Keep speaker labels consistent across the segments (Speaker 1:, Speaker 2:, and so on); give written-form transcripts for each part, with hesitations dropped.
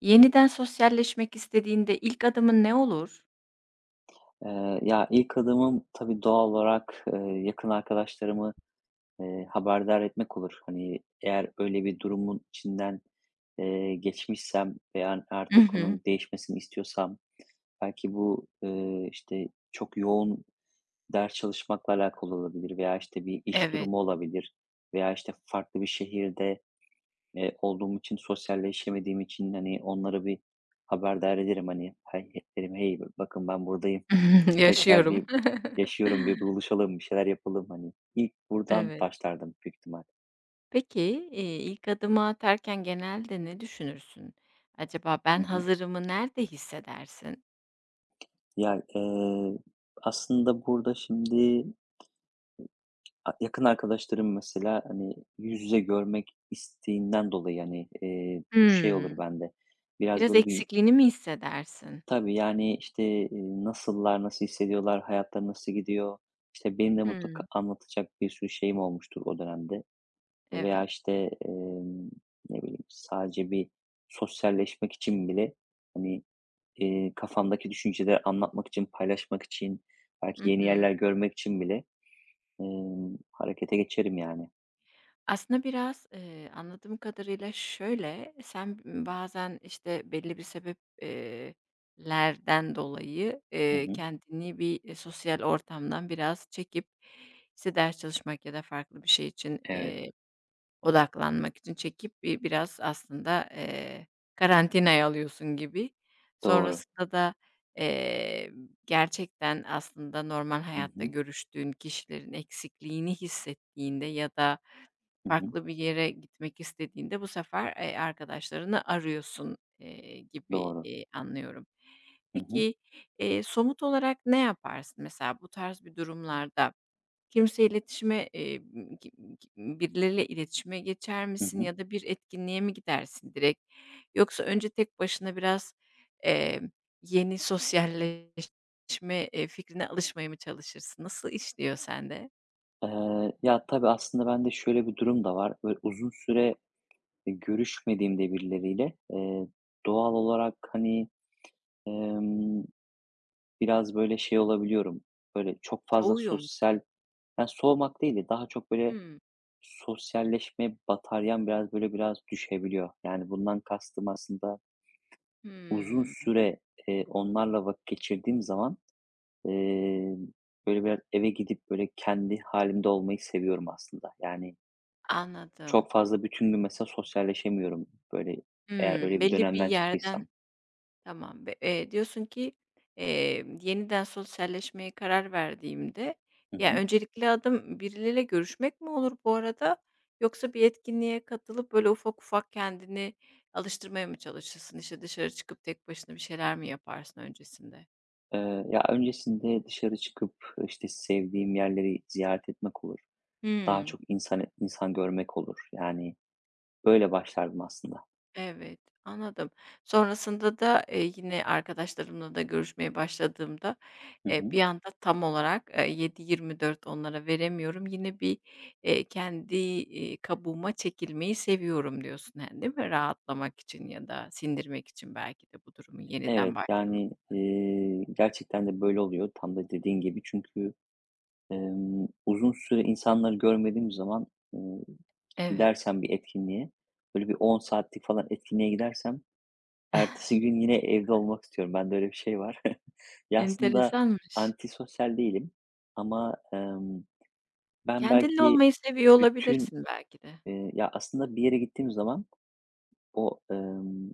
Speaker 1: Yeniden sosyalleşmek istediğinde ilk adımın ne olur?
Speaker 2: Ya, ilk adımım tabii doğal olarak, yakın arkadaşlarımı, haberdar etmek olur. Hani, eğer öyle bir durumun içinden, geçmişsem veya
Speaker 1: I
Speaker 2: artık
Speaker 1: hı.
Speaker 2: onun değişmesini istiyorsam belki bu, işte, çok yoğun ders çalışmakla alakalı olabilir veya, işte, bir iş
Speaker 1: Evet.
Speaker 2: durumu olabilir veya, işte, farklı bir şehirde olduğum için, sosyalleşemediğim için, hani, onlara bir haberdar ederim, hani, hey derim, "Hey, bakın ben buradayım. Tekrar
Speaker 1: Yaşıyorum.
Speaker 2: bir yaşıyorum, bir buluşalım, bir şeyler yapalım." Hani, ilk buradan
Speaker 1: Evet.
Speaker 2: başlardım büyük ihtimal.
Speaker 1: Peki, ilk adımı atarken genelde ne düşünürsün? Acaba
Speaker 2: Hı
Speaker 1: ben
Speaker 2: hı.
Speaker 1: hazırımı nerede hissedersin?
Speaker 2: Ya, aslında burada şimdi yakın arkadaşlarım mesela, hani, yüz yüze görmek isteğinden dolayı, hani, bu şey olur
Speaker 1: Hımm.
Speaker 2: bende, biraz
Speaker 1: Biraz
Speaker 2: böyle bir.
Speaker 1: eksikliğini mi hissedersin?
Speaker 2: Tabii, yani, işte, nasıllar, nasıl hissediyorlar, hayatları nasıl gidiyor? İşte, benim de mutlaka
Speaker 1: Hımm.
Speaker 2: anlatacak bir sürü şeyim olmuştur o dönemde veya,
Speaker 1: Evet.
Speaker 2: işte, emm, ne bileyim, sadece bir sosyalleşmek için bile, hani, kafamdaki düşünceleri anlatmak için, paylaşmak için,
Speaker 1: Hı
Speaker 2: belki yeni
Speaker 1: hı.
Speaker 2: yerler görmek için bile, harekete geçerim yani.
Speaker 1: Aslında biraz, anladığım kadarıyla şöyle, sen bazen, işte, belli bir sebeplerden dolayı,
Speaker 2: Hı hı.
Speaker 1: kendini bir, sosyal ortamdan biraz çekip, işte, ders çalışmak ya da farklı bir şey için,
Speaker 2: Evet,
Speaker 1: odaklanmak için çekip bir biraz aslında, karantinaya alıyorsun gibi.
Speaker 2: doğru.
Speaker 1: Sonrasında da, eee, gerçekten aslında normal
Speaker 2: Hı
Speaker 1: hayatta
Speaker 2: hı.
Speaker 1: görüştüğün kişilerin eksikliğini hissettiğinde ya da
Speaker 2: Hı hı.
Speaker 1: farklı bir yere gitmek istediğinde bu sefer, arkadaşlarını arıyorsun, gibi,
Speaker 2: Doğru.
Speaker 1: anlıyorum.
Speaker 2: Hı hı.
Speaker 1: Peki, somut olarak ne yaparsın? Mesela bu tarz bir durumlarda kimse iletişime, ki m- ki birileriyle iletişime geçer
Speaker 2: Hı
Speaker 1: misin
Speaker 2: hı.
Speaker 1: ya da bir etkinliğe mi gidersin direkt? Yoksa önce tek başına biraz, emm, yeni sosyalleşme, fikrine alışmaya mı çalışırsın? Nasıl işliyor sende?
Speaker 2: Ya, tabii aslında bende şöyle bir durum da var. Böyle uzun süre görüşmediğimde birileriyle, doğal olarak, hani, emm, biraz, böyle, şey olabiliyorum, böyle, çok fazla
Speaker 1: Soğuyor
Speaker 2: sosyal.
Speaker 1: musun?
Speaker 2: Yani, soğumak değil de daha çok, böyle,
Speaker 1: Hımm.
Speaker 2: sosyalleşme bataryam biraz, böyle, biraz düşebiliyor. Yani, bundan kastım aslında uzun
Speaker 1: Hımm.
Speaker 2: süre, onlarla vakit geçirdiğim zaman, eee, böyle, biraz eve gidip, böyle, kendi halimde olmayı seviyorum aslında. Yani,
Speaker 1: Anladım.
Speaker 2: çok fazla bütün gün mesela sosyalleşemiyorum, böyle, eğer
Speaker 1: Hımm,
Speaker 2: öyle bir
Speaker 1: belli bir
Speaker 2: dönemden
Speaker 1: yerden.
Speaker 2: çıktıysam.
Speaker 1: Tamam be diyorsun ki, yeniden sosyalleşmeye karar verdiğimde
Speaker 2: Hı
Speaker 1: ya,
Speaker 2: hı.
Speaker 1: öncelikli adım birileriyle görüşmek mi olur bu arada? Yoksa bir etkinliğe katılıp böyle ufak ufak kendini alıştırmaya mı çalışırsın? İşte, dışarı çıkıp tek başına bir şeyler mi yaparsın öncesinde?
Speaker 2: Ya, öncesinde dışarı çıkıp, işte, sevdiğim yerleri ziyaret etmek olur. Daha
Speaker 1: Hımm.
Speaker 2: çok insan insan görmek olur. Yani, böyle başlardım aslında.
Speaker 1: Evet, anladım. Sonrasında da, yine arkadaşlarımla da görüşmeye başladığımda,
Speaker 2: Hı hı.
Speaker 1: bir anda tam olarak, 7/24 onlara veremiyorum. Yine bir, kendi, kabuğuma çekilmeyi seviyorum diyorsun, yani, değil mi? Rahatlamak için ya da sindirmek için belki de bu durumu yeniden
Speaker 2: Evet,
Speaker 1: başlama.
Speaker 2: yani, gerçekten de böyle oluyor. Tam da dediğin gibi çünkü, uzun süre insanları görmediğim zaman, ııı,
Speaker 1: Evet,
Speaker 2: gidersem bir etkinliğe, böyle bir 10 saatlik falan etkinliğe gidersem ertesi gün yine evde olmak istiyorum. Bende öyle bir şey var. Ya, aslında
Speaker 1: enteresanmış.
Speaker 2: antisosyal değilim ama, ben
Speaker 1: Kendinle
Speaker 2: belki
Speaker 1: olmayı seviyor
Speaker 2: bütün,
Speaker 1: olabilirsin belki de.
Speaker 2: ya, aslında bir yere gittiğim zaman o,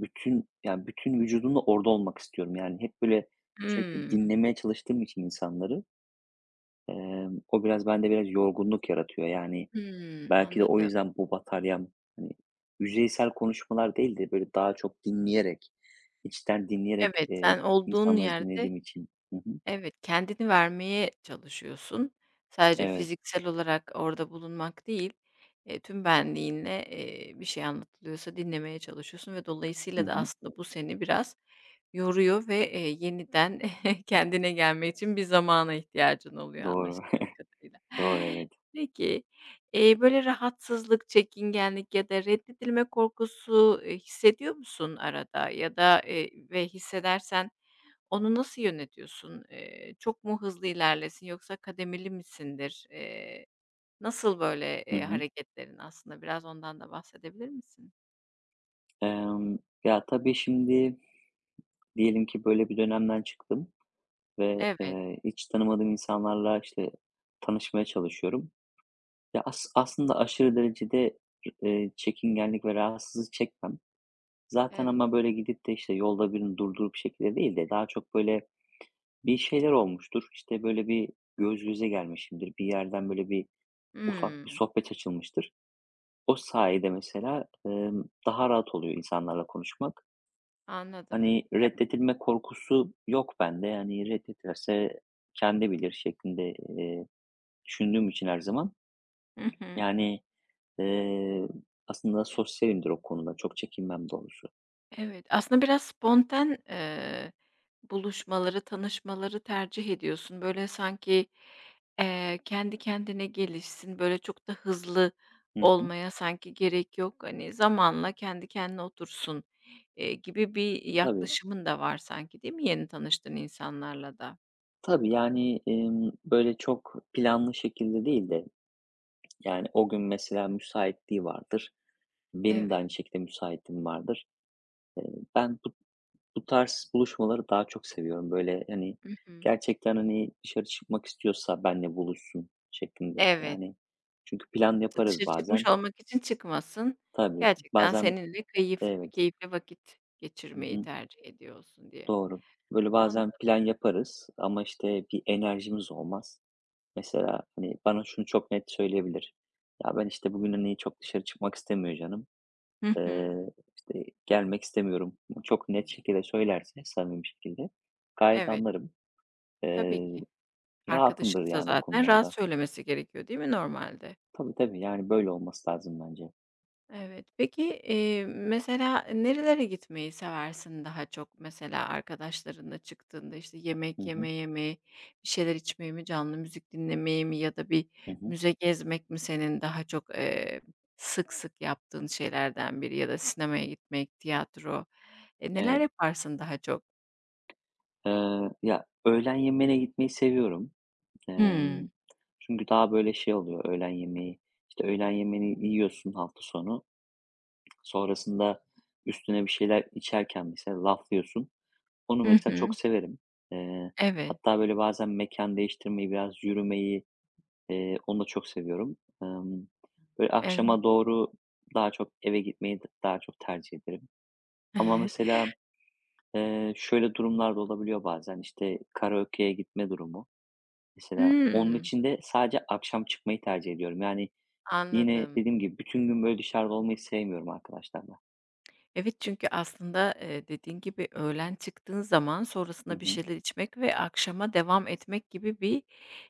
Speaker 2: bütün, yani bütün vücudumla orada olmak istiyorum. Yani, hep böyle sürekli
Speaker 1: Hımm.
Speaker 2: dinlemeye çalıştığım için insanları, o biraz bende biraz yorgunluk yaratıyor. Yani,
Speaker 1: Hımm,
Speaker 2: belki de o
Speaker 1: anladım.
Speaker 2: yüzden bu bataryam, hani, yüzeysel konuşmalar değil de böyle daha çok dinleyerek, içten dinleyerek,
Speaker 1: Evet, sen olduğun
Speaker 2: insanları
Speaker 1: yerde.
Speaker 2: dinlediğim için. Hı hı.
Speaker 1: Evet, kendini vermeye çalışıyorsun. Sadece
Speaker 2: Evet.
Speaker 1: fiziksel olarak orada bulunmak değil, tüm benliğinle, bir şey anlatılıyorsa dinlemeye çalışıyorsun ve
Speaker 2: Hı
Speaker 1: dolayısıyla da
Speaker 2: hı.
Speaker 1: aslında bu seni biraz yoruyor ve, yeniden kendine gelmek için bir zamana ihtiyacın oluyor
Speaker 2: Doğru.
Speaker 1: anlaşıldığı kadarıyla.
Speaker 2: Doğru, evet.
Speaker 1: Peki, böyle rahatsızlık, çekingenlik ya da reddedilme korkusu, hissediyor musun arada ya da, ve hissedersen onu nasıl yönetiyorsun? Çok mu hızlı ilerlesin yoksa kademeli misindir? Nasıl böyle,
Speaker 2: Hı hı.
Speaker 1: hareketlerin aslında biraz ondan da bahsedebilir misin?
Speaker 2: Emm, Ya, tabii şimdi diyelim ki böyle bir dönemden çıktım ve,
Speaker 1: Evet,
Speaker 2: hiç tanımadığım insanlarla, işte, tanışmaya çalışıyorum. Ya, aslında aşırı derecede, çekingenlik ve rahatsızlık çekmem. Zaten
Speaker 1: evet.
Speaker 2: ama böyle gidip de, işte, yolda birini durdurup şekilde değil de daha çok böyle bir şeyler olmuştur. İşte, böyle bir göz göze gelmişimdir. Bir yerden böyle bir ufak bir
Speaker 1: Hımm,
Speaker 2: sohbet açılmıştır. O sayede mesela, daha rahat oluyor insanlarla konuşmak.
Speaker 1: anladım.
Speaker 2: Hani,
Speaker 1: Ya.
Speaker 2: reddedilme korkusu yok bende. Yani, reddederse kendi bilir şeklinde, düşündüğüm için her zaman,
Speaker 1: Hı hı.
Speaker 2: yani, eee, aslında sosyalimdir o konuda. Çok çekinmem doğrusu.
Speaker 1: Evet, aslında biraz spontan, buluşmaları, tanışmaları tercih ediyorsun. Böyle sanki, kendi kendine gelişsin, böyle çok da hızlı
Speaker 2: Hı hı.
Speaker 1: olmaya sanki gerek yok. Hani, zamanla kendi kendine otursun, gibi bir
Speaker 2: Tabii.
Speaker 1: yaklaşımın da var sanki, değil mi yeni tanıştığın insanlarla da?
Speaker 2: Tabii, yani, böyle çok planlı şekilde değil de, yani, o gün mesela müsaitliği vardır. Benim de
Speaker 1: Evet.
Speaker 2: aynı şekilde müsaitliğim vardır. Eee, ben bu Bu tarz buluşmaları daha çok seviyorum. Böyle, hani,
Speaker 1: Hı.
Speaker 2: gerçekten, hani, dışarı çıkmak istiyorsa benle buluşsun şeklinde.
Speaker 1: Evet.
Speaker 2: Yani, çünkü plan
Speaker 1: Dı
Speaker 2: yaparız
Speaker 1: dışarı çıkmış
Speaker 2: bazen.
Speaker 1: olmak için çıkmasın.
Speaker 2: Tabii,
Speaker 1: Gerçekten
Speaker 2: bazen.
Speaker 1: seninle keyif
Speaker 2: Evet.
Speaker 1: keyifli vakit
Speaker 2: Hı
Speaker 1: geçirmeyi
Speaker 2: hı.
Speaker 1: tercih ediyorsun diye.
Speaker 2: Doğru. Böyle bazen
Speaker 1: Anladım.
Speaker 2: plan yaparız ama, işte, bir enerjimiz olmaz. Mesela, hani, bana şunu çok net söyleyebilir. "Ya, ben, işte, bugün, hani, çok dışarı çıkmak istemiyor canım.
Speaker 1: Hı hı.
Speaker 2: İşte, gelmek istemiyorum." çok net şekilde söylerse, samimi bir şekilde gayet
Speaker 1: Evet,
Speaker 2: anlarım.
Speaker 1: tabii
Speaker 2: Eee
Speaker 1: ki.
Speaker 2: Rahatımdır
Speaker 1: Arkadaşınsa
Speaker 2: yani o
Speaker 1: zaten rahat
Speaker 2: konularda.
Speaker 1: söylemesi gerekiyor, değil mi normalde?
Speaker 2: Tabii, tabii, yani, böyle olması lazım bence.
Speaker 1: Evet. Peki, mesela nerelere gitmeyi seversin daha çok? Mesela arkadaşlarınla çıktığında, işte,
Speaker 2: Hı
Speaker 1: yemek
Speaker 2: hı,
Speaker 1: yemeye mi, bir şeyler içmeyi mi, canlı müzik dinlemeyi mi ya da bir
Speaker 2: hı hı.
Speaker 1: müze gezmek mi senin daha çok, sık sık yaptığın şeylerden biri ya da sinemaya gitmek, tiyatro? Neler
Speaker 2: Evet.
Speaker 1: yaparsın daha çok?
Speaker 2: Ya, öğlen yemeğine gitmeyi seviyorum. Emm,
Speaker 1: Hımm.
Speaker 2: çünkü daha böyle şey oluyor öğlen yemeği. İşte, öğlen yemeğini yiyorsun hafta sonu. Sonrasında üstüne bir şeyler içerken mesela laflıyorsun. Onu
Speaker 1: Hı
Speaker 2: mesela çok
Speaker 1: hı.
Speaker 2: severim. Eee,
Speaker 1: Evet,
Speaker 2: hatta böyle bazen mekan değiştirmeyi, biraz yürümeyi, onu da çok seviyorum. Emm, böyle
Speaker 1: evet.
Speaker 2: akşama doğru daha çok eve gitmeyi daha çok tercih ederim. Ama mesela, şöyle durumlar da olabiliyor bazen, işte, karaokeye gitme durumu. Mesela onun
Speaker 1: Hımm.
Speaker 2: için de sadece akşam çıkmayı tercih ediyorum. Yani yine
Speaker 1: Anladım.
Speaker 2: dediğim gibi bütün gün böyle dışarıda olmayı sevmiyorum arkadaşlarla.
Speaker 1: Evet, çünkü aslında, dediğin gibi öğlen çıktığın zaman
Speaker 2: Hı
Speaker 1: sonrasında bir
Speaker 2: hı.
Speaker 1: şeyler içmek ve akşama devam etmek gibi bir,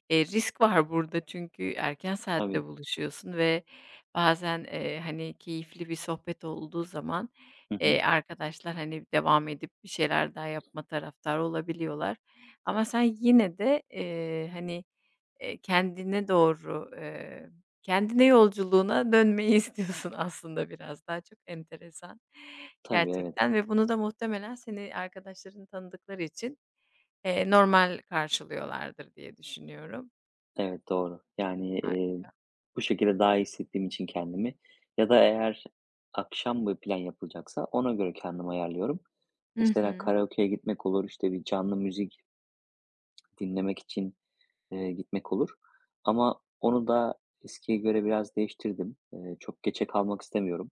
Speaker 1: risk var burada. Çünkü erken saatte
Speaker 2: Tabii.
Speaker 1: buluşuyorsun ve bazen, hani, keyifli bir sohbet olduğu zaman,
Speaker 2: Hı hı.
Speaker 1: arkadaşlar, hani, devam edip bir şeyler daha yapma taraftarı olabiliyorlar. Ama sen yine de, hani. Kendine doğru, kendine yolculuğuna dönmeyi istiyorsun aslında biraz daha. Çok enteresan
Speaker 2: Tabii, evet.
Speaker 1: gerçekten ve bunu da muhtemelen seni arkadaşların tanıdıkları için, normal karşılıyorlardır diye düşünüyorum.
Speaker 2: Evet, doğru. Yani,
Speaker 1: Harika.
Speaker 2: bu şekilde daha iyi hissettiğim için kendimi ya da eğer akşam bir plan yapılacaksa ona göre kendimi ayarlıyorum.
Speaker 1: Hı
Speaker 2: Mesela
Speaker 1: hı.
Speaker 2: karaokeye gitmek olur, işte, bir canlı müzik dinlemek için gitmek olur ama onu da eskiye göre biraz değiştirdim. Çok geçe kalmak istemiyorum.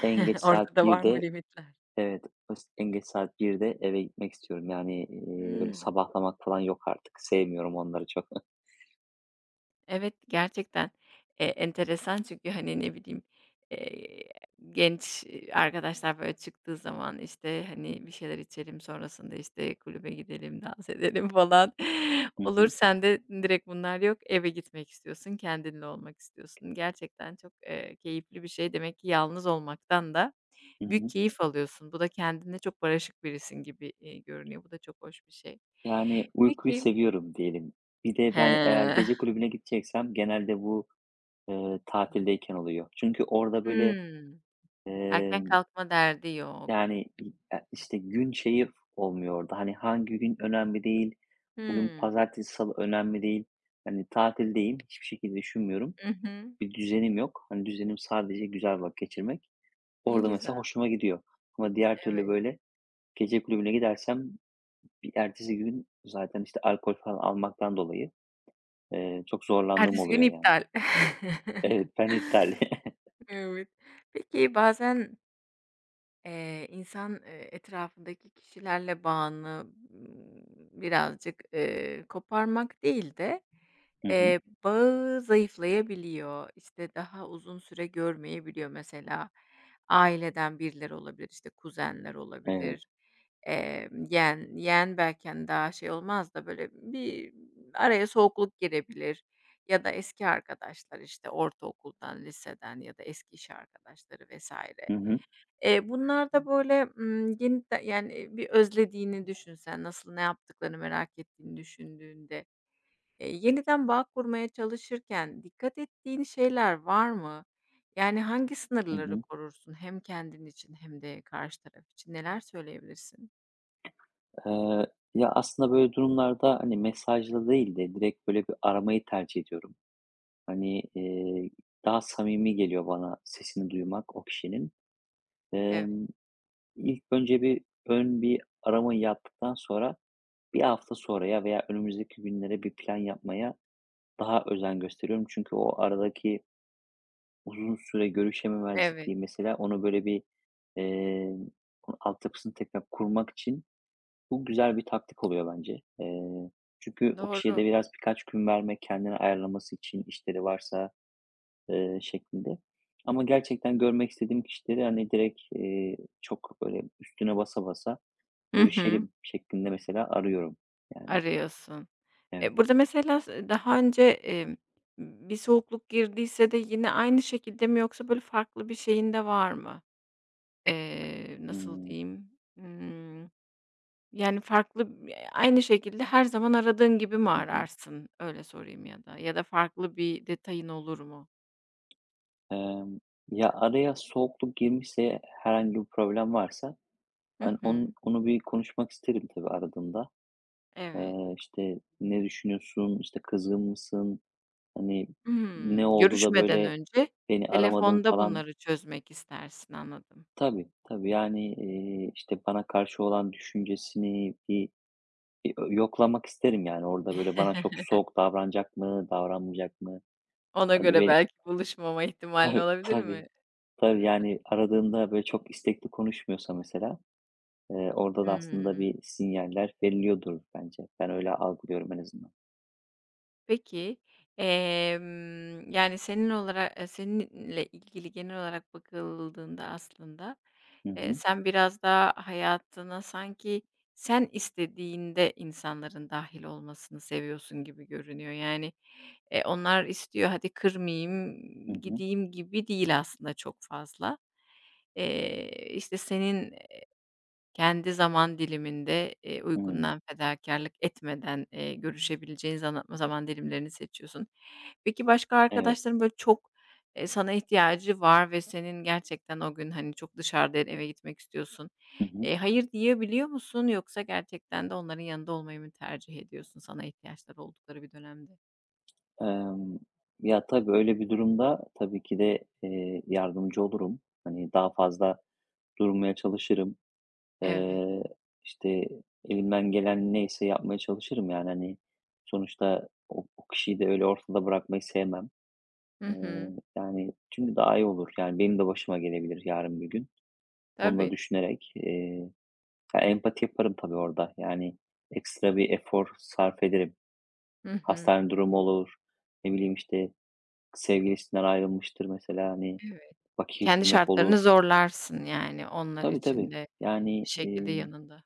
Speaker 2: En geç
Speaker 1: Orada
Speaker 2: saat
Speaker 1: da var mı
Speaker 2: 1'de,
Speaker 1: limitler?
Speaker 2: evet, en geç saat 1'de eve gitmek istiyorum. Yani, öyle
Speaker 1: Hıı.
Speaker 2: sabahlamak falan yok artık. Sevmiyorum onları çok.
Speaker 1: Evet, gerçekten, enteresan çünkü, hani, ne bileyim, eee, genç, arkadaşlar, böyle, çıktığı zaman, işte, hani, bir şeyler içelim, sonrasında, işte, kulübe gidelim, dans edelim falan
Speaker 2: Hı
Speaker 1: olur.
Speaker 2: hı.
Speaker 1: Sende direkt bunlar yok. Eve gitmek istiyorsun, kendinle olmak istiyorsun. Gerçekten çok, keyifli bir şey. Demek ki yalnız olmaktan da
Speaker 2: Hı
Speaker 1: büyük
Speaker 2: hı.
Speaker 1: keyif alıyorsun. Bu da kendinle çok barışık birisin gibi, görünüyor. Bu da çok hoş bir şey.
Speaker 2: Yani, uykuyu
Speaker 1: Peki.
Speaker 2: seviyorum diyelim. Bir de
Speaker 1: He.
Speaker 2: ben eğer gece kulübüne gideceksem genelde bu, tatildeyken oluyor. Çünkü orada böyle,
Speaker 1: Hımm.
Speaker 2: eee
Speaker 1: Erken kalkma derdi yok.
Speaker 2: yani, i e işte, gün şeyi olmuyor orada, hani, hangi gün önemli değil, bugün
Speaker 1: Hımm.
Speaker 2: pazartesi, salı önemli değil. Hani, tatildeyim, hiçbir şekilde düşünmüyorum.
Speaker 1: Hı hı.
Speaker 2: Bir düzenim yok. Hani, düzenim sadece güzel vakit geçirmek.
Speaker 1: Ne
Speaker 2: Orada
Speaker 1: güzel,
Speaker 2: mesela hoşuma gidiyor ama diğer türlü,
Speaker 1: evet.
Speaker 2: böyle, gece kulübüne gidersem bir ertesi gün zaten, işte, alkol falan almaktan dolayı, çok zorlandığım
Speaker 1: Ertesi gün
Speaker 2: oluyor yani.
Speaker 1: iptal.
Speaker 2: Evet, ben iptal.
Speaker 1: Evet. Peki bazen. İnsan, etrafındaki kişilerle bağını, ımm, birazcık, koparmak değil de,
Speaker 2: Hı hı.
Speaker 1: bağı zayıflayabiliyor. İşte, daha uzun süre görmeyebiliyor mesela. Aileden birileri olabilir, işte, kuzenler
Speaker 2: Evet.
Speaker 1: olabilir, yeğen belki, hani, daha şey olmaz da böyle bir araya soğukluk girebilir ya da eski arkadaşlar, işte, ortaokuldan, liseden ya da eski iş arkadaşları vesaire.
Speaker 2: Hı hı.
Speaker 1: Bunlar da böyle, yeniden yani, bir özlediğini düşünsen, nasıl, ne yaptıklarını merak ettiğini düşündüğünde, yeniden bağ kurmaya çalışırken dikkat ettiğin şeyler var mı? Yani, hangi
Speaker 2: Hı
Speaker 1: sınırları
Speaker 2: hı.
Speaker 1: korursun hem kendin için hem de karşı taraf için? Neler söyleyebilirsin?
Speaker 2: Eee, Ya, aslında böyle durumlarda, hani, mesajla değil de direkt böyle bir aramayı tercih ediyorum. Hani, daha samimi geliyor bana sesini duymak o kişinin.
Speaker 1: Evet,
Speaker 2: Emm, ilk önce bir ön bir aramayı yaptıktan sonra bir hafta sonraya veya önümüzdeki günlere bir plan yapmaya daha özen gösteriyorum. Çünkü o aradaki uzun süre
Speaker 1: evet,
Speaker 2: görüşememezlikliği mesela onu böyle bir, eee, bunun altyapısını tekrar kurmak için, bu güzel bir taktik oluyor bence. Çünkü o kişiye
Speaker 1: doğru.
Speaker 2: de biraz birkaç gün vermek, kendini ayarlaması için işleri varsa, şeklinde. Ama gerçekten görmek istediğim kişileri, hani, direkt, çok böyle üstüne basa basa
Speaker 1: Hı hı,
Speaker 2: görüşelim şeklinde mesela arıyorum. Yani,
Speaker 1: arıyorsun.
Speaker 2: evet.
Speaker 1: E, burada mesela daha önce, bir soğukluk girdiyse de yine aynı şekilde mi yoksa böyle farklı bir şeyin de var mı? Nasıl
Speaker 2: Hımm.
Speaker 1: diyeyim? Yani, farklı b aynı şekilde her zaman aradığın gibi mi
Speaker 2: Hı hı.
Speaker 1: ararsın? Öyle sorayım ya da. Ya da farklı bir detayın olur mu?
Speaker 2: Emm, Ya, araya soğukluk girmişse, herhangi bir problem varsa,
Speaker 1: Hı
Speaker 2: hani,
Speaker 1: hı.
Speaker 2: onun onu bir konuşmak isterim tabii aradığımda.
Speaker 1: Evet.
Speaker 2: İşte, "Ne düşünüyorsun? İşte, kızgın mısın? Hani, ne
Speaker 1: Hımm.
Speaker 2: oldu da
Speaker 1: Görüşmeden
Speaker 2: böyle
Speaker 1: önce
Speaker 2: beni aramadın
Speaker 1: telefonda
Speaker 2: falan?"
Speaker 1: bunları çözmek istersin, anladım.
Speaker 2: Tabii, tabii. Yani, işte, bana karşı olan düşüncesini bir yoklamak isterim, yani. Orada böyle bana çok soğuk davranacak mı, davranmayacak mı?
Speaker 1: Ona
Speaker 2: Hani,
Speaker 1: göre
Speaker 2: beni
Speaker 1: belki buluşmama ihtimalin
Speaker 2: Tabii,
Speaker 1: olabilir
Speaker 2: tabii,
Speaker 1: mi?
Speaker 2: tabii.
Speaker 1: Hıh.
Speaker 2: Yani, aradığında böyle çok istekli konuşmuyorsa mesela, orada da aslında bir sinyaller veriliyordur bence. Ben öyle algılıyorum en azından.
Speaker 1: Peki, yani, seninle ilgili genel olarak bakıldığında aslında,
Speaker 2: Hı hı.
Speaker 1: sen biraz daha hayatına sanki sen istediğinde insanların dâhil olmasını seviyorsun gibi görünüyor. Yani, onlar istiyor, hadi kırmayayım,
Speaker 2: Hı hı.
Speaker 1: gideyim gibi değil aslında çok fazla. İşte, senin kendi zaman diliminde,
Speaker 2: Hımm.
Speaker 1: uykundan fedakarlık etmeden, görüşebileceğin zaman dilimlerini seçiyorsun. Peki, başka
Speaker 2: Evet.
Speaker 1: arkadaşların böyle çok, sana ihtiyacı var ve senin gerçekten o gün, hani, çok dışarıda eve gitmek istiyorsun. Hayır diyebiliyor musun yoksa gerçekten de onların yanında olmayı mı tercih ediyorsun sana ihtiyaçları oldukları bir dönemde?
Speaker 2: Emm, Ya, tabii, öyle bir durumda tabii ki de, yardımcı olurum. Hani, daha fazla durmaya çalışırım.
Speaker 1: Evet.
Speaker 2: Eee, işte, elimden gelen neyse yapmaya çalışırım, yani, hani, sonuçta o kişiyi de öyle ortada bırakmayı sevmem.
Speaker 1: Hı
Speaker 2: Eee,
Speaker 1: hı.
Speaker 2: yani, çünkü daha iyi olur. Yani, benim de başıma gelebilir yarın bir gün. Bunu da
Speaker 1: Tabii.
Speaker 2: düşünerek, ya, empati yaparım tabii orada. Yani, ekstra bir efor sarf ederim.
Speaker 1: Hı hı.
Speaker 2: Hastane durumu olur, ne bileyim, işte, sevgilisinden ayrılmıştır mesela, hani,
Speaker 1: Evet.
Speaker 2: vakit
Speaker 1: Kendi
Speaker 2: geçirmek olur.
Speaker 1: şartlarını zorlarsın, yani, onlar
Speaker 2: Tabii,
Speaker 1: için
Speaker 2: tabii.
Speaker 1: de
Speaker 2: Yani,
Speaker 1: bir şekilde yanında.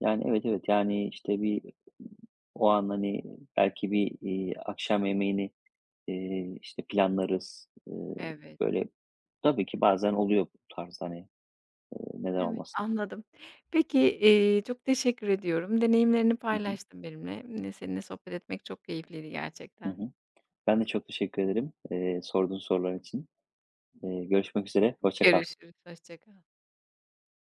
Speaker 2: evet, evet, yani, işte, bir o an, hani, belki bir, akşam yemeğini, işte, planlarız.
Speaker 1: Evet.
Speaker 2: Böyle, tabii ki bazen oluyor bu tarz, hani, neden
Speaker 1: Evet,
Speaker 2: olmasın.
Speaker 1: anladım. Peki, çok teşekkür ediyorum. Deneyimlerini
Speaker 2: Hı hı.
Speaker 1: paylaştın benimle. Seninle sohbet etmek çok keyifliydi
Speaker 2: Hı
Speaker 1: gerçekten.
Speaker 2: hı. Ben de çok teşekkür ederim, sorduğun sorular için. Görüşmek üzere, hoşça kal.
Speaker 1: Görüşürüz, hoşça kal.